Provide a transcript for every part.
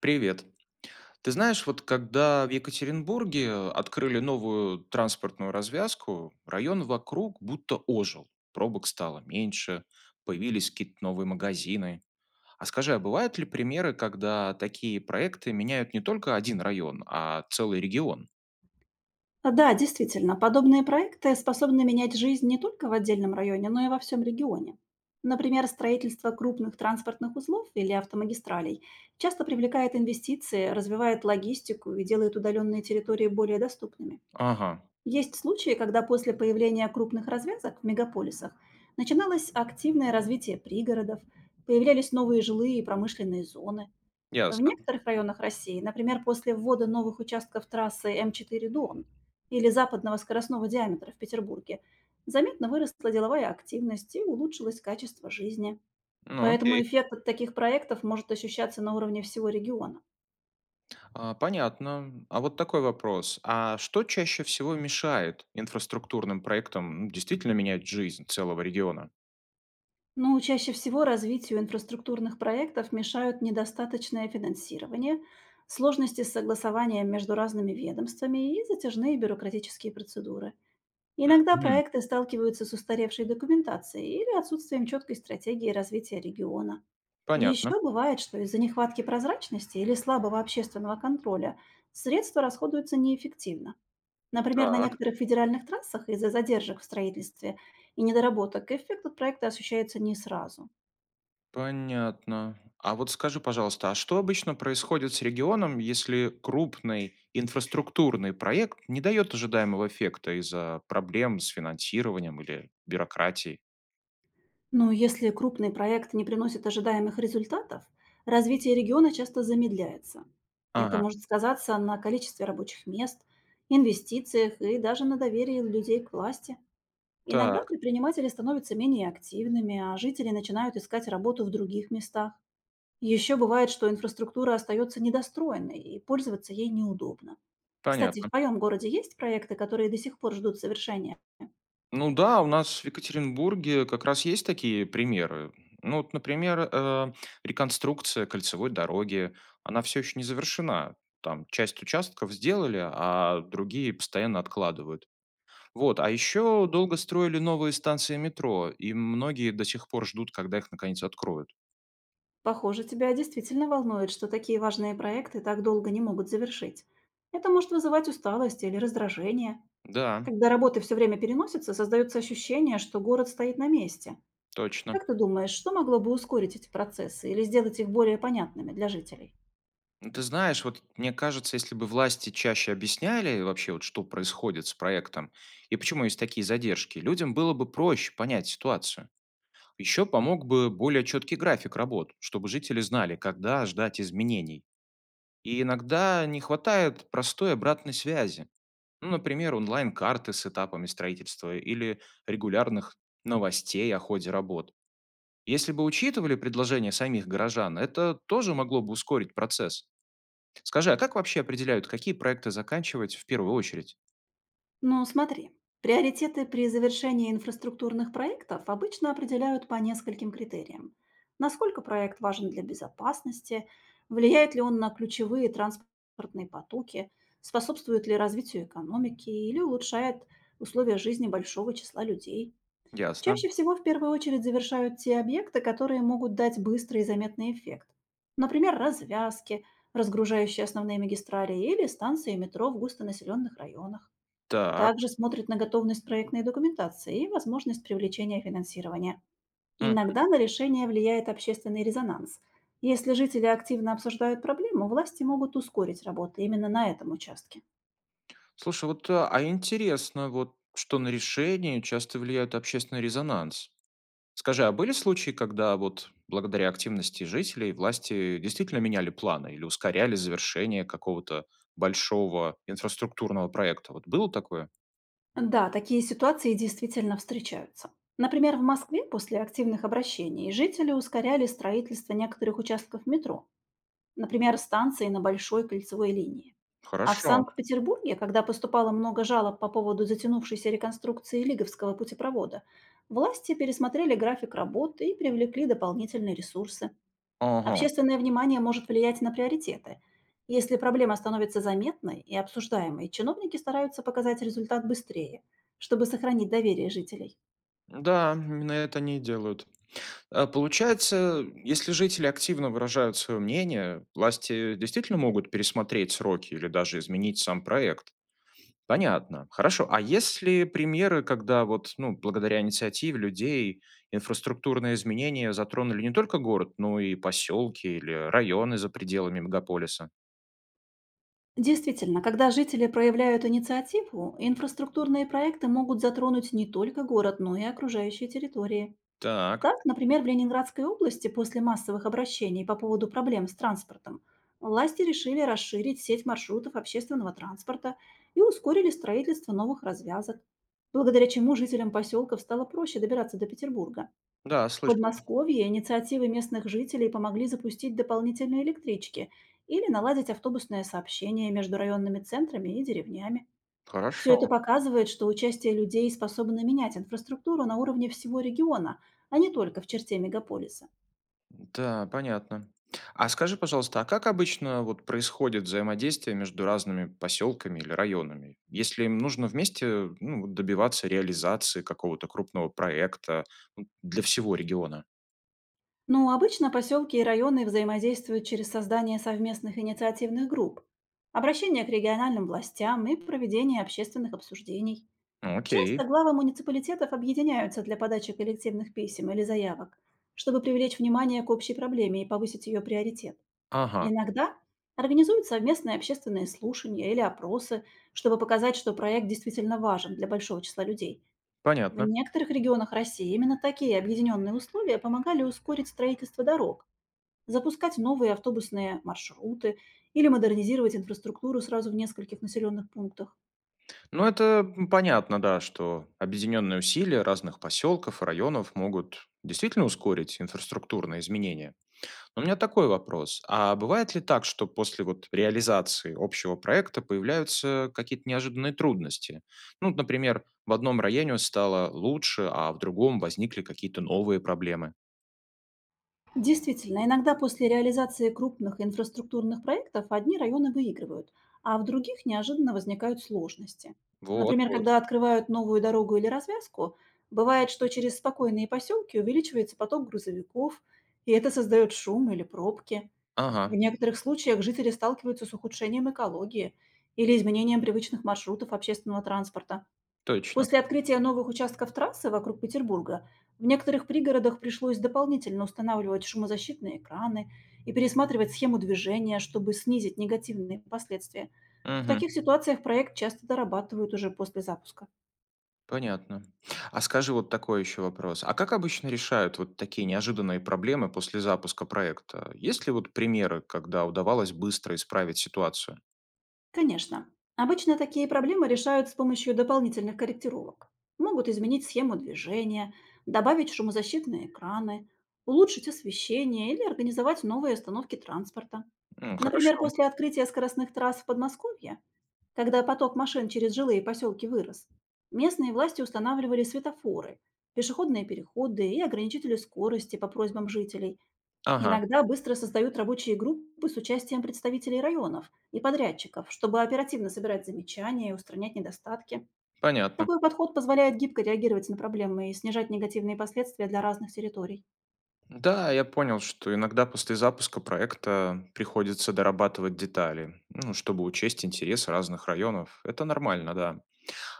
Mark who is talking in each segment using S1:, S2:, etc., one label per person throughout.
S1: Привет. Ты знаешь, вот когда в Екатеринбурге открыли новую транспортную развязку, район вокруг будто ожил. Пробок стало меньше, появились какие-то новые магазины. А скажи, а бывают ли примеры, когда такие проекты меняют не только один район, а целый регион?
S2: Да, действительно, подобные проекты способны менять жизнь не только в отдельном районе, но и во всем регионе. Например, строительство крупных транспортных узлов или автомагистралей часто привлекает инвестиции, развивает логистику и делает удаленные территории более доступными.
S1: Ага,
S2: Есть случаи, когда после появления крупных развязок в мегаполисах начиналось активное развитие пригородов, появлялись новые жилые и промышленные зоны, в
S1: ясно.
S2: некоторых районах России, например, после ввода новых участков трассы М4 Дон или западного скоростного диаметра в Петербурге, заметно выросла деловая активность и улучшилось качество жизни.
S1: Ну,
S2: Поэтому
S1: окей.
S2: эффект от таких проектов может ощущаться на уровне всего региона.
S1: А, понятно. А вот такой вопрос. А что чаще всего мешает инфраструктурным проектам, ну, действительно менять жизнь целого региона?
S2: Но чаще всего развитию инфраструктурных проектов мешают недостаточное финансирование, сложности с согласованием между разными ведомствами и затяжные бюрократические процедуры. Иногда
S1: Мгм.
S2: проекты сталкиваются с устаревшей документацией или отсутствием четкой стратегии развития региона.
S1: Понятно.
S2: Еще бывает, что из-за нехватки прозрачности или слабого общественного контроля средства расходуются неэффективно. Например, на
S1: Так.
S2: некоторых федеральных трассах из-за задержек в строительстве и недоработок эффект от проекта ощущается не сразу.
S1: Понятно. А вот скажи, пожалуйста, а что обычно происходит с регионом, если крупный инфраструктурный проект не дает ожидаемого эффекта из-за проблем с финансированием или бюрократией?
S2: Но если крупный проект не приносит ожидаемых результатов, развитие региона часто замедляется. Это
S1: Ага,
S2: может сказаться на количестве рабочих мест, инвестициях и даже на доверии людей к власти. Иногда
S1: так,
S2: предприниматели становятся менее активными, а жители начинают искать работу в других местах. Еще бывает, что инфраструктура остается недостроенной и пользоваться ей неудобно. Кстати, в
S1: понятно.
S2: твоем городе есть проекты, которые до сих пор ждут совершения?
S1: Ну да, у нас в Екатеринбурге как раз есть такие примеры. Ну вот, например, реконструкция кольцевой дороги, она все еще не завершена. Там часть участков сделали, а другие постоянно откладывают. Вот, а еще долго строили новые станции метро, и многие до сих пор ждут, когда их наконец откроют.
S2: Похоже, тебя действительно волнует, что такие важные проекты так долго не могут завершить. Это может вызывать усталость или раздражение.
S1: Да,
S2: Когда работы все время переносятся, создается ощущение, что город стоит на месте.
S1: точно.
S2: Как ты думаешь, что могло бы ускорить эти процессы или сделать их более понятными для жителей?
S1: Ну, ты знаешь, вот мне кажется, если бы власти чаще объясняли вообще, вот что происходит с проектом и почему есть такие задержки, людям было бы проще понять ситуацию. Еще помог бы более четкий график работ, чтобы жители знали, когда ждать изменений. И иногда не хватает простой обратной связи. Ну, например, онлайн-карты с этапами строительства или регулярных новостей о ходе работ. Если бы учитывали предложения самих горожан, это тоже могло бы ускорить процесс. Скажи, а как вообще определяют, какие проекты заканчивать в первую очередь?
S2: Ну, смотри, приоритеты при завершении инфраструктурных проектов обычно определяют по нескольким критериям. Насколько проект важен для безопасности, влияет ли он на ключевые транспортные потоки, способствует ли развитию экономики или улучшает условия жизни большого числа людей.
S1: Ясно.
S2: Чаще всего в первую очередь завершают те объекты, которые могут дать быстрый и заметный эффект. Например, развязки, разгружающие основные магистрали или станции метро в густонаселенных районах.
S1: Так.
S2: Также смотрит на готовность проектной документации и возможность привлечения финансирования.
S1: М.
S2: Иногда на решение влияет общественный резонанс. Если жители активно обсуждают проблему, власти могут ускорить работу именно на этом участке.
S1: Слушай, вот, а интересно, вот что на решение часто влияет общественный резонанс. Скажи, а были случаи, когда вот благодаря активности жителей власти действительно меняли планы или ускоряли завершение какого-то большого инфраструктурного проекта? Вот было такое?
S2: Да, такие ситуации действительно встречаются. Например, в Москве после активных обращений жители ускоряли строительство некоторых участков метро, например, станции на Большой кольцевой линии. А в
S1: Хорошо.
S2: Санкт-Петербурге, когда поступало много жалоб по поводу затянувшейся реконструкции Лиговского путепровода, власти пересмотрели график работы и привлекли дополнительные ресурсы.
S1: Ага.
S2: Общественное внимание может влиять на приоритеты. Если проблема становится заметной и обсуждаемой, чиновники стараются показать результат быстрее, чтобы сохранить доверие жителей.
S1: Да, именно это они и делают. А получается, если жители активно выражают свое мнение, власти действительно могут пересмотреть сроки или даже изменить сам проект. Понятно. Хорошо. А есть ли примеры, когда вот, ну, благодаря инициативе людей инфраструктурные изменения затронули не только город, но и поселки или районы за пределами мегаполиса?
S2: Действительно, когда жители проявляют инициативу, инфраструктурные проекты могут затронуть не только город, но и окружающие территории.
S1: Так,
S2: Так, например, в Ленинградской области после массовых обращений по поводу проблем с транспортом власти решили расширить сеть маршрутов общественного транспорта и ускорили строительство новых развязок, благодаря чему жителям поселков стало проще добираться до Петербурга.
S1: да,
S2: В
S1: слышал.
S2: Подмосковье инициативы местных жителей помогли запустить дополнительные электрички или наладить автобусное сообщение между районными центрами и деревнями. Все это
S1: Хорошо.
S2: показывает, что участие людей способно менять инфраструктуру на уровне всего региона, а не только в черте мегаполиса.
S1: Да, понятно. А скажи, пожалуйста, а как обычно вот происходит взаимодействие между разными поселками или районами? Если им нужно вместе, ну, вот добиваться реализации какого-то крупного проекта, ну, для всего региона?
S2: Но обычно поселки и районы взаимодействуют через создание совместных инициативных групп, обращение к региональным властям и проведение общественных обсуждений.
S1: Ну, окей.
S2: Часто главы муниципалитетов объединяются для подачи коллективных писем или заявок, чтобы привлечь внимание к общей проблеме и повысить ее приоритет.
S1: Ага,
S2: Иногда организуют совместные общественные слушания или опросы, чтобы показать, что проект действительно важен для большого числа людей. В
S1: понятно.
S2: некоторых регионах России именно такие объединенные условия помогали ускорить строительство дорог, запускать новые автобусные маршруты или модернизировать инфраструктуру сразу в нескольких населенных пунктах.
S1: Ну, это понятно, да, что объединенные усилия разных поселков и районов могут действительно ускорить инфраструктурные изменения. Но у меня такой вопрос. А бывает ли так, что после вот реализации общего проекта появляются какие-то неожиданные трудности? Ну, вот, например, в одном районе стало лучше, а в другом возникли какие-то новые проблемы.
S2: Действительно, иногда после реализации крупных инфраструктурных проектов одни районы выигрывают, а в других неожиданно возникают сложности.
S1: Вот,
S2: Например,
S1: вот.
S2: когда открывают новую дорогу или развязку, бывает, что через спокойные поселки увеличивается поток грузовиков, и это создает шум или пробки.
S1: Ага,
S2: В некоторых случаях жители сталкиваются с ухудшением экологии или изменением привычных маршрутов общественного транспорта.
S1: точно.
S2: После открытия новых участков трассы вокруг Петербурга в некоторых пригородах пришлось дополнительно устанавливать шумозащитные экраны и пересматривать схему движения, чтобы снизить негативные последствия. В
S1: Мгм.
S2: таких ситуациях проект часто дорабатывают уже после запуска.
S1: Понятно. А скажи вот такой еще вопрос. А как обычно решают вот такие неожиданные проблемы после запуска проекта? Есть ли вот примеры, когда удавалось быстро исправить ситуацию?
S2: Конечно. Обычно такие проблемы решают с помощью дополнительных корректировок. Могут изменить схему движения, добавить шумозащитные экраны, улучшить освещение или организовать новые остановки транспорта.
S1: М,
S2: Например,
S1: хорошо.
S2: после открытия скоростных трасс в Подмосковье, когда поток машин через жилые поселки вырос, местные власти устанавливали светофоры, пешеходные переходы и ограничители скорости по просьбам жителей.
S1: Ага,
S2: Иногда быстро создают рабочие группы с участием представителей районов и подрядчиков, чтобы оперативно собирать замечания и устранять недостатки.
S1: понятно.
S2: Такой подход позволяет гибко реагировать на проблемы и снижать негативные последствия для разных территорий.
S1: Да, я понял, что иногда после запуска проекта приходится дорабатывать детали, ну, чтобы учесть интересы разных районов. Это нормально, да.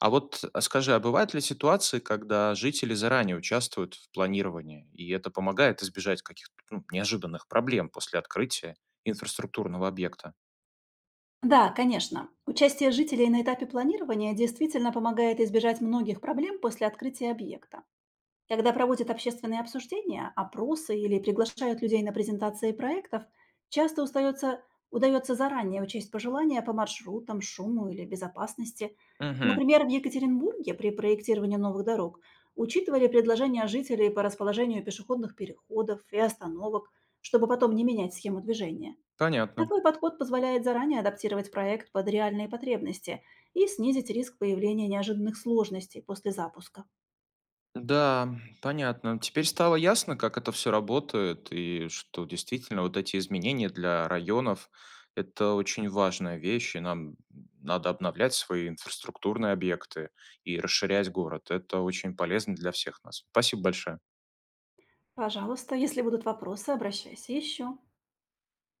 S1: А вот скажи, а бывают ли ситуации, когда жители заранее участвуют в планировании, и это помогает избежать каких-то, ну, неожиданных проблем после открытия инфраструктурного объекта?
S2: Да, конечно, участие жителей на этапе планирования действительно помогает избежать многих проблем после открытия объекта. Когда проводят общественные обсуждения, опросы или приглашают людей на презентации проектов, часто устается, удается заранее учесть пожелания по маршрутам, шуму или безопасности.
S1: Мгм.
S2: Например, в Екатеринбурге при проектировании новых дорог учитывали предложения жителей по расположению пешеходных переходов и остановок, чтобы потом не менять схему движения.
S1: Понятно.
S2: Такой подход позволяет заранее адаптировать проект под реальные потребности и снизить риск появления неожиданных сложностей после запуска.
S1: Да, понятно. Теперь стало ясно, как это все работает, и что действительно вот эти изменения для районов– это очень важная вещь, и нам надо обновлять свои инфраструктурные объекты и расширять город. Это очень полезно для всех нас. Спасибо большое.
S2: Пожалуйста, если будут вопросы, обращайся еще.